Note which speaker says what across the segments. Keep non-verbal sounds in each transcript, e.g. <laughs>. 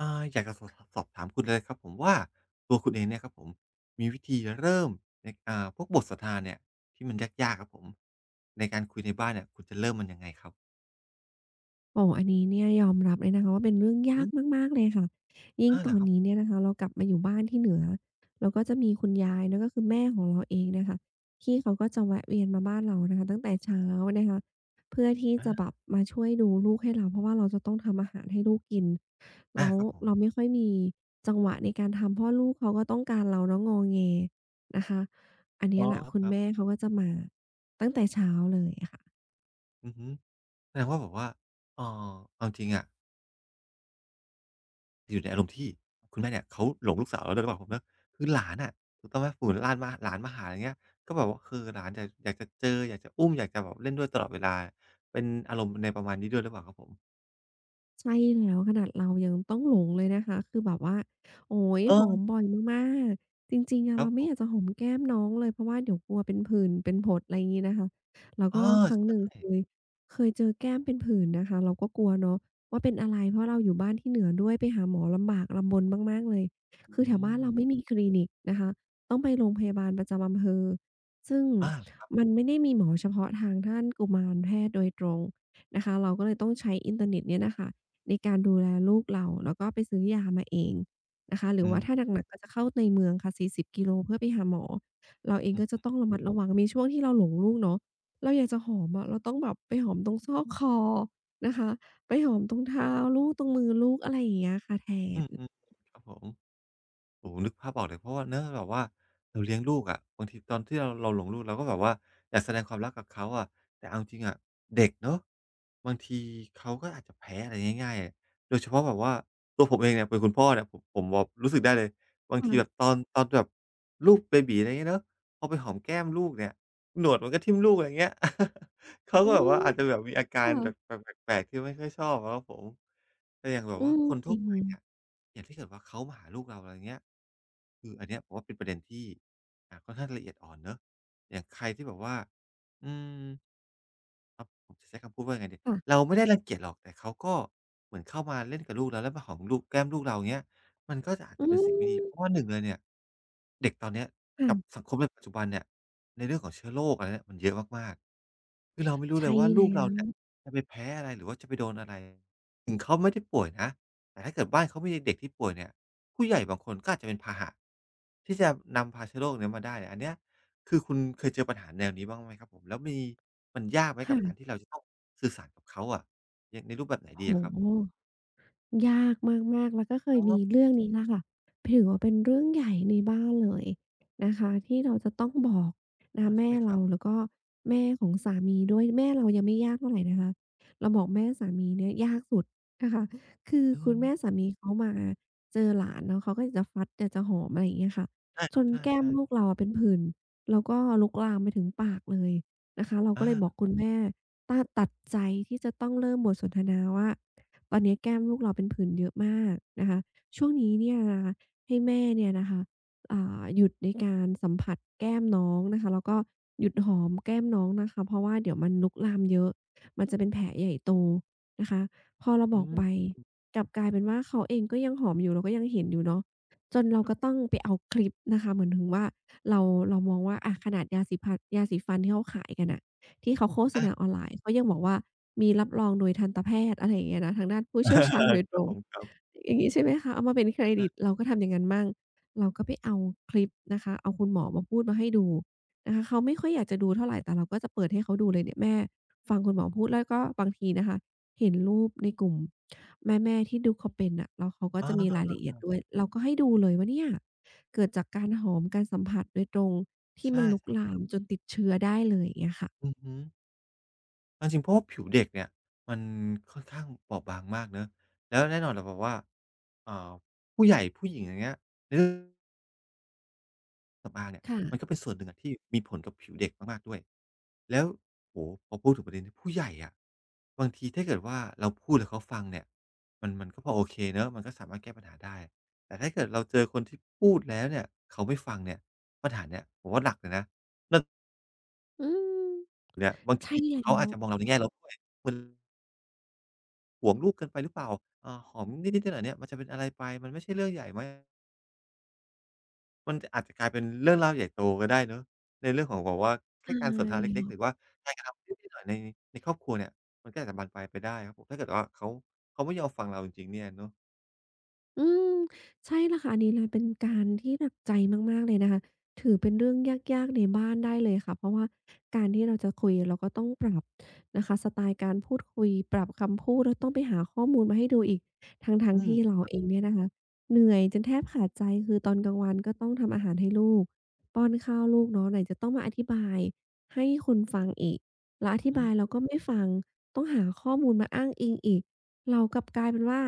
Speaker 1: อาอยากจะสอบถามคุณเลยครับผมว่าตัวคุณเองเนี่ยครับผมมีวิธีเริ่มในพวกบทสนทนาเนี่ยที่มันยากๆครับผมในการคุยในบ้านเนี่ยคุณจะเริ่มมันยังไงครับ
Speaker 2: โอ้อันนี้เนี่ยยอมรับเลยนะคะว่าเป็นเรื่อง
Speaker 1: อื
Speaker 2: ยาก
Speaker 1: ม
Speaker 2: มากๆเลยค่ะ ยิ่ง
Speaker 1: อาเห
Speaker 2: ต
Speaker 1: รอ
Speaker 2: อน
Speaker 1: ครับ
Speaker 2: นี้เนี่ยนะคะเรากลับมาอยู่บ้านที่เหนือ เราก็จะมีคุณยายเนาะก็คือแม่ของเราเองเนี่ยค่ะที่เขาก็จะแวะเวียนมาบ้านเรานะคะตั้งแต่เช้านะคะเพื่อที่
Speaker 1: อา
Speaker 2: จะแบบมาช่วยดูลูกให้เราเพราะว่าเราจะต้องทำอาหารให้ลูกกิน
Speaker 1: อา
Speaker 2: แล้ว
Speaker 1: ครับผม
Speaker 2: เราไม่ค่อยมีจังหวะในการทำเพราะลูกเขาก็ต้องการเราเนาะงอแงนะคะอัน
Speaker 1: อ๋
Speaker 2: เนี้
Speaker 1: อ
Speaker 2: ยแหละ
Speaker 1: ครับ
Speaker 2: คุ
Speaker 1: ค
Speaker 2: ณ
Speaker 1: รั
Speaker 2: แม่
Speaker 1: บ
Speaker 2: เขาก็จะมาตั้งแต่เช้าเลยค่ะ
Speaker 1: อือฮึแสดงว่าแบบว่าเอ่อเอาจริงอ่ะอยู่ในอารมณ์ที่คุณแม่เนี่ยเขาหลงลูกสาวเรด้วยหรือเปล่าครับผมเนอะคือหลานอะถูกต้องไหมสมุติหลานมาหลานมาหาอย่างเงี้ยก็แบบว่าคือหลานอยากจะเจออยากจะอุ้มอยากจะแบบเล่นด้วยตลอดเวลาเป็นอารมณ์ในประมาณนี้ด้วยหรือเปล่าครับผ
Speaker 2: ใช่แล้วขนาดเรายังต้องหลงเลยนะคะคือแบบว่าโอ๊ยหอม
Speaker 1: ม
Speaker 2: บ่อยมากๆจริงๆ
Speaker 1: ค
Speaker 2: อะ
Speaker 1: รับ
Speaker 2: เรา
Speaker 1: ผ
Speaker 2: ไม่อยากจะ
Speaker 1: ม
Speaker 2: หอมแก้มน้องเลยเพราะว่าเดี๋ยวกลัวเป็นผื่นเป็นผดอะไรงี้นะคะแล้ว
Speaker 1: เออ
Speaker 2: ก็ครั้งห
Speaker 1: ใช่
Speaker 2: นึ่งเคยเจอแก้มเป็นผื่นนะคะเราก็กลัวเนาะว่าเป็นอะไรเพราะเราอยู่บ้านที่เหนือด้วยไปหาหมอลำบากลำบนมากๆเลย
Speaker 1: อื
Speaker 2: คือแถวบ้าน
Speaker 1: ม
Speaker 2: เราไม่มีคลินิกนะคะต้องไปโรงพยาบาลประจำอำเภอซึ่ง
Speaker 1: อาครับ
Speaker 2: มันไม่ได้มีหมอเฉพาะทางด้านกุมารแพทย์โดยตรงนะคะเราก็เลยต้องใช้อินเทอร์เน็ตเนี่ยน่ะค่ะ ในการดูแลลูกเราแล้วก็ไปซื้อยามาเองนะคะหรื
Speaker 1: อื
Speaker 2: อว่า
Speaker 1: ม
Speaker 2: ถ้าหนักๆก็จะเข้าในเมืองค่ะ40กิโลเพื่อไปหาหมอเราเอง
Speaker 1: อือ
Speaker 2: ก็
Speaker 1: ฮื
Speaker 2: จะ
Speaker 1: อ
Speaker 2: ต้องระมัดระวังมีช่วงที่เราหลงลูกเนาะเราอยากจะหอมอะเราต้องแบบไปหอมตรงซอกคอนะคะไปหอมตรงเท้าลูกตรงมือลูกอะไรอย่างเงี้ยค่ะแท
Speaker 1: อื
Speaker 2: น
Speaker 1: อๆครับผม โอ้โฮนึกภาพออกเลยเพราะว่าเนาะแบบว่าเราเลี้ยงลูกอะบางทีตอนที่เราหลงลูกเราก็แบบว่าอยากแสดงความรักกับเขาอะแต่เอาจริงๆอะเด็กเนาะบางทีเขาก็อาจจะแพ้อะไรง่ายๆอะโดยเฉพาะแบบว่าตัวผมเองเนี่ยเป็นคุณพ่อเนี่ยผมแบบรู้สึกได้เลยบางทีแบบ
Speaker 2: ค่ะ
Speaker 1: ตอนแบบลูกเบบีอะไรอย่างเงี้ยเนาะพอไปหอมแก้มลูกเนี่ยหนวดมันก็ทิ่มลูกอะไรอย่างเงี้ย <laughs> เขา
Speaker 2: อื
Speaker 1: ก็แบบ
Speaker 2: ม
Speaker 1: ว่าอาจจะแบบมีอาการ
Speaker 2: ค่ะ
Speaker 1: แบบแปลกๆที่ไม่ค่อยชอบอะครับผมแต่อย่างแบบ
Speaker 2: อื
Speaker 1: ว่า
Speaker 2: ม
Speaker 1: คน
Speaker 2: จ
Speaker 1: ทั่
Speaker 2: ริ
Speaker 1: ว
Speaker 2: ง
Speaker 1: ไปเนี่ย อย่างถ้าเกิดว่าเขามาหาลูกเราอะไรเงี้ยคืออันเนี้ยผมว่าเป็นประเด็นที่ค่อนข้างละเอียดอ่อนเนาะอย่างใครที่แบบว่าอืม ครับผมจะใช้คำพูดว่ายังไงดีเรา
Speaker 2: ค่ะ
Speaker 1: ไม่ได้รังเกียจหรอกแต่เขาก็เหมือนเข้ามาเล่นกับลูกเราแล้วมาหอมลูกแก้มลูกเราอย่างเงี้ยมันก็จะอาจ
Speaker 2: อื
Speaker 1: จะเป็นสิ่งไม่ดีเพราะ
Speaker 2: ม
Speaker 1: ว่าหนึ่งเลยเนี่ยเด็กตอนเนี้ยกับ
Speaker 2: ค่ะ
Speaker 1: สังคมในปัจจุบันเนี่ยในเรื่องของเชื้อโรคอะไรเนี่ยมันเยอะมากๆคือเราไม่รู้เล
Speaker 2: ใช่
Speaker 1: ยว่าลู
Speaker 2: แล้
Speaker 1: กเรา
Speaker 2: ว
Speaker 1: เนี่ยจะไปแพ้อะไรหรือว่าจะไปโดนอะไรถึงเขาไม่ได้ป่วยนะแต่ถ้าเกิดบ้านเขามีเด็กที่ป่วยเนี่ยผู้ใหญ่บางคนก็อาจจะเป็นพาหะที่จะนำพาเชื้อโรคเนี้ยมาได้อันเนี้ย คือคุณเคยเจอปัญหาแนวนี้บ้างไหมครับผมแล้วมีมันยากไหมกับการที่
Speaker 2: ค่ะ
Speaker 1: เราจะต้องสื่อสารกับเขาอะยังในรูปแบบไหนดีอะ
Speaker 2: โอ้
Speaker 1: ครับ
Speaker 2: โฮ ยากมากๆแล้วก็เค
Speaker 1: อ๋
Speaker 2: ย
Speaker 1: อ
Speaker 2: มีเรื่องนี้แหละค่ะถือว่าเป็นเรื่องใหญ่ในบ้านเลยนะคะที่เราจะต้องบอกนะ
Speaker 1: อา
Speaker 2: คะ
Speaker 1: ใช่
Speaker 2: แม่
Speaker 1: ไหมครั
Speaker 2: เรา
Speaker 1: บ
Speaker 2: แล้วก็แม่ของสามีด้วยแม่เรายังไม่ยากเท่าไรนะคะเราบอกแม่สามีเนี่ยยากสุดนะคะคือ
Speaker 1: อื
Speaker 2: คุณ
Speaker 1: ม
Speaker 2: แม่สามีเขามาเจอหลานเนาะเขาก็อยากจะฟัดอยากจะหอมอะไรอย่างเงี้ยค่ะ
Speaker 1: ใช่ค
Speaker 2: จ
Speaker 1: รับ
Speaker 2: น
Speaker 1: ใ
Speaker 2: แก้ม
Speaker 1: ช่
Speaker 2: ลูก
Speaker 1: ๆ
Speaker 2: เราอะเป็นผื่นแล้วก็ลุกลามไปถึงปากเลยนะคะเราก็
Speaker 1: อา
Speaker 2: เลยบอกคุณแม่ต้าตัดใจที่จะต้องเริ่มบทสนทนาว่า ตอนนี้แก้มลูกเราเป็นผื่นเยอะมากนะคะ ช่วงนี้เนี่ยนะคะให้แม่เนี่ยนะคะหยุดในการสัมผัสแก้มน้องนะคะแล้วก็หยุดหอมแก้มน้องนะคะเพราะว่าเดี๋ยวมันลุกลามเยอะมันจะเป็นแผลใหญ่โตนะคะพอเราบ
Speaker 1: อื
Speaker 2: อกอืไป
Speaker 1: ม
Speaker 2: มกลับกลายเป็นว่าเขาเองก็ยังหอมอยู่เราก็ยังเห็นอยู่เนาะจนเราก็ต้องไปเอาคลิปนะคะเหมือนถึงว่าเรามองว่าอะขนาดยาสีฟันที่เขาขายกันน่ะ ที่เขาโฆษ
Speaker 1: อา
Speaker 2: ณาออนไลน์ เขายังบอกว่ามีรับรองโดยทันตแพทย์อะไรอย่างเงี้ยนะทางด้านผู้เชี่ยวชาญโด
Speaker 1: <laughs>
Speaker 2: ย
Speaker 1: ค
Speaker 2: ต
Speaker 1: รั
Speaker 2: ร
Speaker 1: บ
Speaker 2: ง
Speaker 1: ผมครับ
Speaker 2: อย่างงี้ใช่ไหมคะเอามาเป็นเครดิตเราก็ทำอย่างงั้นมั่งเราก็ไปเอาคลิปนะคะเอาคุณหมอมาพูดมาให้ดูนะคะเขาไม่ค่อยอยากจะดูเท่าไรแต่เราก็จะเปิดให้เขาดูเลยเนี่ยแม่ฟังคุณหมอพูดแล้วก็บางทีนะคะเห็นรูปในกลุ่มแม่ๆที่ดูเขาเป็นน่ะแล้วเขาก็จะมีรา
Speaker 1: อา
Speaker 2: ยละเอียดด้วย เราก็ให้ดูเลยว่าเนี่ยเกิดจากการหอมการสัมผัสโดยตรงที่มั
Speaker 1: ใช่
Speaker 2: นลุก
Speaker 1: ใช่ค
Speaker 2: ลา
Speaker 1: รับ
Speaker 2: มจนติดเชื้อได้เลยอย่างเงี้ยค่ะ
Speaker 1: อือฮึเอาจริงเพราะว่าผิวเด็กเนี่ยมันค่อนข้างบอบบางมากเนาะแล้วแน่นอนแหละแบบว่าอ่าผู้ใหญ่ผู้หญิงอย่างเงี้ยในเรื่อง สำอางเนี่ย
Speaker 2: ค่ะ
Speaker 1: มันก็เป็นส่วนหนึ่งอะที่มีผลกับผิวเด็กมากๆด้วยแล้วโอ้โฮพอพูดถึงประเด็นนี้ผู้ใหญ่อะบางทีถ้าเกิดว่าเราพูดแล้วเขาฟังเนี่ยมันก็พอโอเคเนาะมันก็สามารถแก้ปัญหาได้แต่ถ้าเกิดเราเจอคนที่พูดแล้วเนี่ยเขาไม่ฟังเนี่ยปัญหาเนี้ยผมว่าหนักเลยนะเรื่อง
Speaker 2: อืม
Speaker 1: เนี่ยบางที
Speaker 2: ใช่แล้
Speaker 1: เขาอา
Speaker 2: ว
Speaker 1: จจะมองเราในแง่ลบด้วยเหมือนหวงลูกเกินไปหรือเปล่าหอมนิดๆหน่อยๆเนี่ยมันจะเป็นอะไรไปมันไม่ใช่เรื่องใหญ่ไหม มันอาจจะกลายเป็นเรื่องราวใหญ่โตก็ได้เนาะในเรื่องของแบบว่า
Speaker 2: ใช
Speaker 1: แค่การสนทนาเล็กๆห
Speaker 2: ่
Speaker 1: รือว่าการกระทำนิดๆหน่อยๆในในครอบครัวเนี่ยมันก็อาจจะบานปลายไปได้ครับผมถ้าเกิดว่าเขาไม่ยอมฟังเราจริงๆเนี่ยเนาะ
Speaker 2: อืมใช่แล้วค่ะอันนี้เลยเป็นการที่หนักใจมากๆเลยนะคะถือเป็นเรื่องยากๆในบ้านได้เลยค่ะเพราะว่าการที่เราจะคุยเราก็ต้องปรับนะคะสไตล์การพูดคุยปรับคำพูดแล้วต้องไปหาข้อมูลมาให้ดูอีกทั้ง
Speaker 1: อื
Speaker 2: ๆที่
Speaker 1: ม
Speaker 2: เราเองเนี่ยนะคะเหนื่อยจนแทบขาดใจคือตอนกลางวันก็ต้องทำอาหารให้ลูกป้อนข้าวลูกเนาะไหนจะต้องมาอธิบายให้คนฟังอีกแล้วอธิ
Speaker 1: อื
Speaker 2: บา
Speaker 1: ม
Speaker 2: ยเราก็ไม่ฟังต้องหาข้อมูลมาอ้างอิงอีกเรากลับกลายเป็นว่า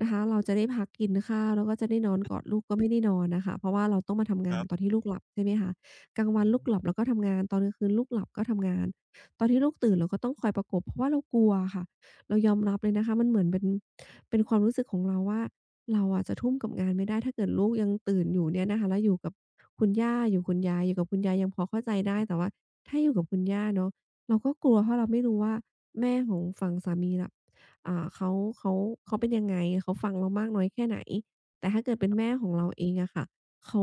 Speaker 2: นะคะเราจะได้พักกินข้าวแล้วก็จะได้นอนกอดลูกก็ไม่ได้นอนน่ะค่ะเพราะว่าเราต้องมาทำ
Speaker 1: ค
Speaker 2: งา
Speaker 1: รั
Speaker 2: นตอน
Speaker 1: บ
Speaker 2: ที่ลูกหลับใช่ไหมคะกลาง
Speaker 1: อื
Speaker 2: วัน
Speaker 1: อ
Speaker 2: ลู
Speaker 1: ฮึ
Speaker 2: กหลับเราก็ทำงานตอนกลางคืนลูกหลับก็ทำงานตอนที่ลูกตื่นเราก็ต้องคอยประกบเพราะว่าเรากลัวอะค่ะเรายอมรับเลยนะคะมันเหมือนเป็นเป็นความรู้สึกของเราว่าเราอะจะทุ่มกับงานไม่ได้ถ้าเกิดลูกยังตื่นอยู่เนี่ยนะคะแล้วอยู่กับคุณย่าอยู่คุณยายอยู่กับคุณยายยังพอเข้าใจได้แต่ว่าถ้าอยู่กับคุณย่าเนาะเราก็กลัวเพราะเราไม่รู้ว่าแม่ของฝั่งสามีล่ะ อ่าเขาเขาเขาเป็นยังไงเขาฟังเรามากน้อยแค่ไหนแต่ถ้าเกิดเป็นแม่ของเราเองอะค่ะเขา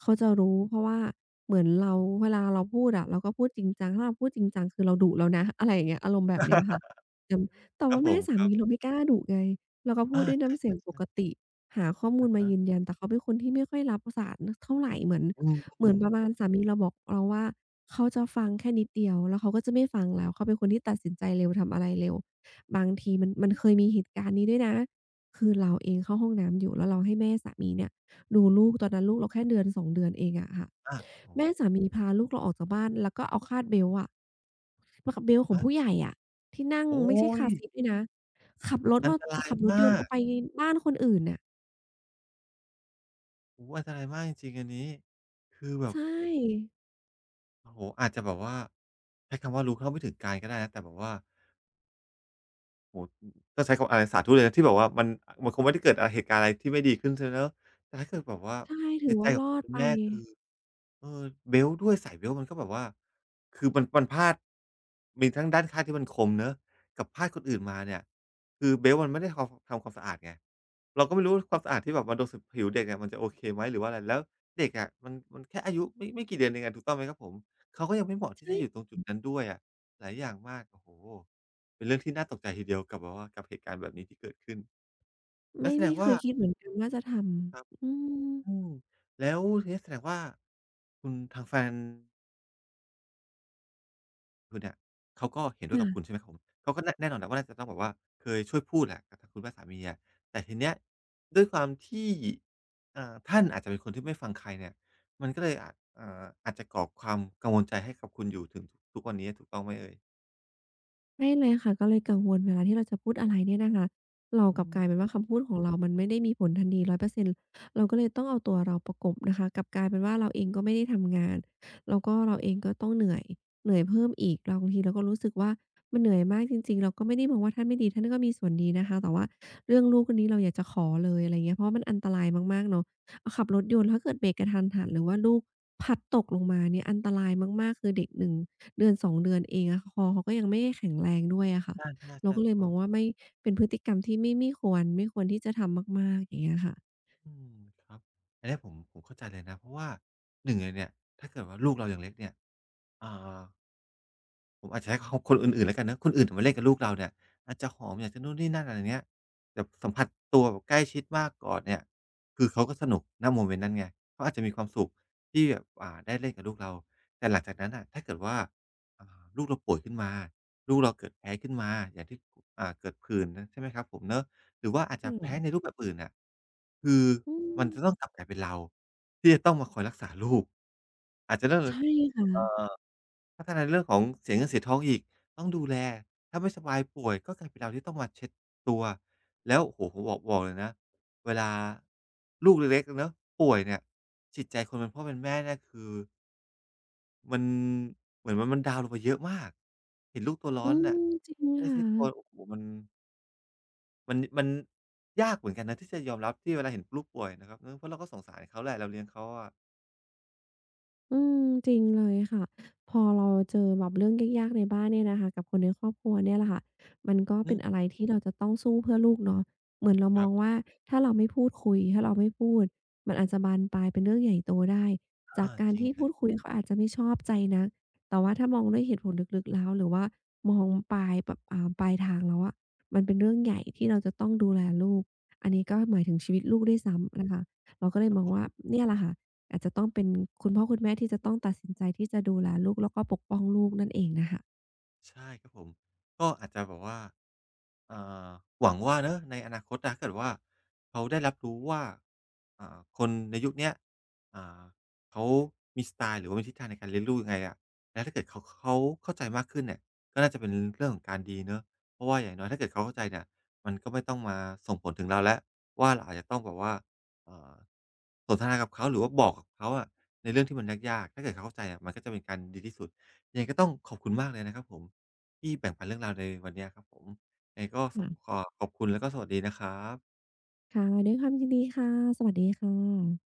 Speaker 2: เขาจะรู้เพราะว่าเหมือนเราเวลาเราพูดอะเราก็พูดจริงจังถ้าเราพูดจริงจังคือเราดุแล้วนะ <laughs> อะไรอย่างเงี้ยอารมณ์แบบเนี้ยค่ะแต่แต่
Speaker 1: ครับ
Speaker 2: ว่า
Speaker 1: ผ
Speaker 2: แม่
Speaker 1: ม
Speaker 2: สา
Speaker 1: ครั
Speaker 2: มีเรา
Speaker 1: บ
Speaker 2: ไม่กล้าดุไงเราก็พูด
Speaker 1: อา
Speaker 2: ด้วย
Speaker 1: ใช่
Speaker 2: น้ำเสียงปก
Speaker 1: ๆ
Speaker 2: ติหาข้อ
Speaker 1: ๆ
Speaker 2: มู
Speaker 1: อะ
Speaker 2: ลมา
Speaker 1: ฮะ
Speaker 2: ยืนยันแต่เขาเป็นคนที่ไม่ค่อยรับสารเท่าไรเหมือน
Speaker 1: อื
Speaker 2: เหมือน
Speaker 1: ม
Speaker 2: ประมาณ
Speaker 1: ๆ
Speaker 2: สามีเราบอกเราว่าเขาจะฟังแค่นิดเดียวแล้วเขาก็จะไม่ฟังแล้วเขาเป็นคนที่ตัดสินใจเร็วทำอะไรเร็ว บางทีมันเคยมีเหตุการณ์นี้ด้วยนะคือเราเองเข้าห้องน้ำอยู่แล้วเราให้แม่สามีเนี่ยดูลูกตอนนั้นลูกเราแค่เดือนสองเดือนเองอะค่ะ
Speaker 1: อาครับผม
Speaker 2: แม่สามีพาลูกเราออกจากบ้านแล้วก็เอาคาดเบลต์อะมากับเบลต์ข
Speaker 1: ค
Speaker 2: อง
Speaker 1: รั
Speaker 2: ผู้
Speaker 1: บ
Speaker 2: ใหญ่อะที่นั่ง
Speaker 1: โอ๊
Speaker 2: ไม่ใช่
Speaker 1: ย
Speaker 2: คาร์ซีตด้วยนะขับรถ
Speaker 1: อั
Speaker 2: ม
Speaker 1: น
Speaker 2: อ
Speaker 1: ตราย
Speaker 2: ขับรถยน
Speaker 1: มา
Speaker 2: ต์เอา
Speaker 1: ก
Speaker 2: ไปบ้านคนอื่นน่ะ
Speaker 1: โอ้โฮอันตรายมากจริงๆอันนี้คือแบ
Speaker 2: ใช
Speaker 1: บ
Speaker 2: ่
Speaker 1: โอ้โฮอาจจะแบบว่าใช้คำว่ารู้เท่าไม่ถึงการก็ได้นะแต่แบบว่า โอ้โฮต้องใช้คำอะไรสาธุเลยนะที่แบบว่ามันคงไม่ได้เกิดเหตุการณ์อะไรที่ไม่ดีขึ้นใช่ไหมเนาะแต่ถ้าเกิดแบบว่า
Speaker 2: ใช่ถื
Speaker 1: จิ
Speaker 2: อ
Speaker 1: ตใจ
Speaker 2: ว่า
Speaker 1: ข
Speaker 2: ร
Speaker 1: อง
Speaker 2: อด
Speaker 1: คุณ
Speaker 2: ไป
Speaker 1: แม่คือเออเบลต์ด้วยสายเบลต์มันก็แบบว่าคือมันพลาดมีทั้งด้านข้างที่มันคมเนาะกับพลาดคนอื่นมาเนี่ยคือเบลต์มันไม่ได้ทำความสะอาดไงเราก็ไม่รู้ความสะอาดที่แบบมาโดนสผิวเด็กอะมันจะโอเคไหมหรือว่าอะไรแล้วเด็กอะมันแค่อายุไม่กี่เดือนเองอะถูกต้องไหมครับผมเขาก็ยังไม่เหมาะที่จะอยู่ตร
Speaker 2: ใช่
Speaker 1: งจุดนั้นด้วยอะหลายอย่างมากโอ้โฮ เป็นเรื่องที่น่าตกใจทีเดียวกับแบบว่ากับเหตุการณ์แบบนี้ที่เกิดขึ้นแล้ว
Speaker 2: ไม่
Speaker 1: แสด
Speaker 2: ไม่
Speaker 1: ง
Speaker 2: เค
Speaker 1: ว่า
Speaker 2: ยคิดเหมือนกันว่าจะท
Speaker 1: ครับ
Speaker 2: ำ
Speaker 1: อืมแล้วทีนี้แสดงว่าคุณทางแฟนคุณเนี่ยเขาก็เห็นด้วยกับคุณ
Speaker 2: ค่ะ
Speaker 1: ใช่ไหมครับผมเขาก็แน่นอนแหละว่าน่าจะต้องแบบว่าเคยช่วยพูดแหละกับทางคุณแม่สามีอะแต่ทีเนี้ยด้วยความที่ท่านอาจจะเป็นคนที่ไม่ฟังใครเนี่ยมันก็เลยอาจจะก่อความกังวลใจให้กับคุณอยู่ถึงทุกวันนี้ถูกต้องไหมเอ่ย
Speaker 2: ใช่เลยค่ะก็เลยกังวลเวลาที่เราจะพูดอะไรเนี่ยนะคะเรา
Speaker 1: อื
Speaker 2: กลับก
Speaker 1: ม
Speaker 2: ลายเป็นว่าคำพูดของเรา มันไม่ได้มีผลทันที100%เราก็เลยต้องเอาตัวเราประกบนะคะกลับกลายเป็นว่าเราเองก็ไม่ได้ทำงานแล้วก็เราเองก็ต้องเหนื่อยเหนื่อยเพิ่มอีกเราบางทีเราก็รู้สึกว่ามันเหนื่อยมากจริงๆเราก็ไม่ได้มองว่าท่านไม่ดีท่านก็มีส่วนดีนะคะแต่ว่าเรื่องลูกอันนี้เราอยากจะขอเลยอะไรเงี้ยเพราะว่ามันอันตรายมากๆเนาะ ขับรถยนต์ถ้าเกิดเบรกกระทันหันหรือว่าลูกพลัดตกลงมาเนี่ยอันตรายมากๆคือเด็กหนึ่งเดือนสองเดือนเองอะคอเขาก็ยังไม่ได้แข็งแรงด้วยอะค่ะ
Speaker 1: ใช่ๆๆถูก
Speaker 2: เราก็เลย
Speaker 1: ต้
Speaker 2: ม
Speaker 1: อ
Speaker 2: อ
Speaker 1: ง
Speaker 2: งว่าไม่เป็นพฤติกรรมที่ไม่ควรที่จะทำมากๆอย่างเงี้ยค่ะ
Speaker 1: อืมครับ อันเนี้ยผมเข้าใจเลยนะ เพราะว่าหนึ่งเลยเนี่ย ถ้าเกิดว่าลูกเรายังเล็กเนี่ยอ่า ผมอาจจะใช้คคนอื่นๆแล้วกันนะคนอื่นมาเล่นกับลูกเราเนี่ยอาจจะหอมอยากจะนู่นนี่นั่นอะไรอย่างเงี้ยแบบสัมผัสตัวแบบใกล้ชิดมากก่อนเนี่ยคือเขาก็สนุกณโมเมนต์นั้นไงเขาอาจจะมีความสุขที่แบบได้เล่นกับลูกเราแต่หลังจากนั้นน่ะถ้าเกิดว่าลูกเราป่วยขึ้นมาลูกเราเกิดแพ้ขึ้นมาอย่างที่เกิดผื่นใช่ไหมครับผมเนาะหรือว่าอาจจะ
Speaker 2: อืม
Speaker 1: แพ้ในรูปแบบอื่นน่ะคือ
Speaker 2: อื
Speaker 1: มัน
Speaker 2: ม
Speaker 1: จะต้องกลับกลายเป็นเราที่จะต้องมาคอยรักษาลูกอาจจะต้อง
Speaker 2: ใช่ค่ะ
Speaker 1: อ่อ พัฒนาในเรื่องของเสียเงินเสียทองอีกต้องดูแลถ้าไม่สบายป่วยก็กลายเป็นเราที่ต้องมาเช็ดตัวแล้วโอ้โฮผมบอกเลยนะเวลาลูกเล็กๆเนาะป่วยเนี่ยจิตใจคนเป็นพ่อเป็นแม่เนี่ยคือมันเหมือนว่ามันดาวน์ลงไปเยอะมากเห็นลูกตัวร้อ
Speaker 2: อื
Speaker 1: น
Speaker 2: ม
Speaker 1: น่ะ
Speaker 2: จริง
Speaker 1: ได้
Speaker 2: ค
Speaker 1: เช็ดตัว
Speaker 2: ่ะ
Speaker 1: โอ้โฮมันมันยากเหมือนกันนะที่จะยอมรับที่เวลาเห็นลูกป่วยนะครับเออเพราะเราก็สงสารเขาแหละเราเลี้ยงเขาอะ
Speaker 2: อืมจริงเลยค่ะพอเราเจอแบบเรื่องยากๆในบ้านเนี่ยนะคะกับคนในครอบครัวเนี่ยแหละค่ะมันก็
Speaker 1: อื
Speaker 2: เป็น
Speaker 1: ม
Speaker 2: อะไรที่เราจะต้องสู้เพื่อลูกเนาะเหมือนเรา
Speaker 1: ค
Speaker 2: ม
Speaker 1: รั
Speaker 2: อ
Speaker 1: บ
Speaker 2: งว่าถ้าเราไม่พูดคุยถ้าเราไม่พูดมันอาจจะบานปลายเป็นเรื่องใหญ่โตได้จาก
Speaker 1: อา
Speaker 2: การ
Speaker 1: จริง
Speaker 2: ที่
Speaker 1: เล
Speaker 2: พู
Speaker 1: ย
Speaker 2: ดคุยเขาอาจจะไม่ชอบใจนักแต่ว่าถ้ามองด้วยเหตุผลลึกๆแล้วหรือว่ามองปลายแบบปลายทางแล้วอะมันเป็นเรื่องใหญ่ที่เราจะต้องดูแลลูกอันนี้ก็หมายถึงชีวิตลูกด้วยซ้ำนะคะเราก็เล
Speaker 1: ค
Speaker 2: ย
Speaker 1: รับ
Speaker 2: มอ
Speaker 1: ผ
Speaker 2: งว่า
Speaker 1: ม
Speaker 2: เนี่ยแหละค่ะ อาจจะต้องเป็นคุณพ่อคุณแม่ที่จะต้องตัดสินใจที่จะดูแลลูกแล้วก็ปกป้องลูกนั่นเองน่ะค่ะ
Speaker 1: ใช่ครับผมก็อาจจะแบบว่าเอ่าหวังว่าเนาะในอนาคตนะถ้าเกิดว่าเขาได้รับรู้ว่าคนในยุคเนี้ยอ่าเขามีสไตล์หรือว่ามีทิศทางในการเลี้ยงลูกยังไงอะแล้วถ้าเกิดเขาเข้าใจมากขึ้นเนี่ยก็น่าจะเป็นเรื่องของการดีเนาะเพราะว่าอย่างน้อยถ้าเกิดเขาเข้าใจเนี่ยมันก็ไม่ต้องมาส่งผลถึงเราแล้วว่าเราอาจจะต้องแบบว่าเอ่าสนทนากับเขาหรือว่าบอกกับเขาอะในเรื่องที่มันยากๆถ้าเกิดเขาเข้าใจอะมันก็จะเป็นการดีที่สุด ยังไงก็ต้องขอบคุณมากเลยนะครับผมที่แบ่งปันเรื่องราวในวันเนี้ยครับผมยังไงก็ส
Speaker 2: ค่ะ
Speaker 1: ขอขอบคุณแล้วก็สวัสดีนะครับ
Speaker 2: ค่ะด้วยความยินดีค่ะ สวัสดีค่ะ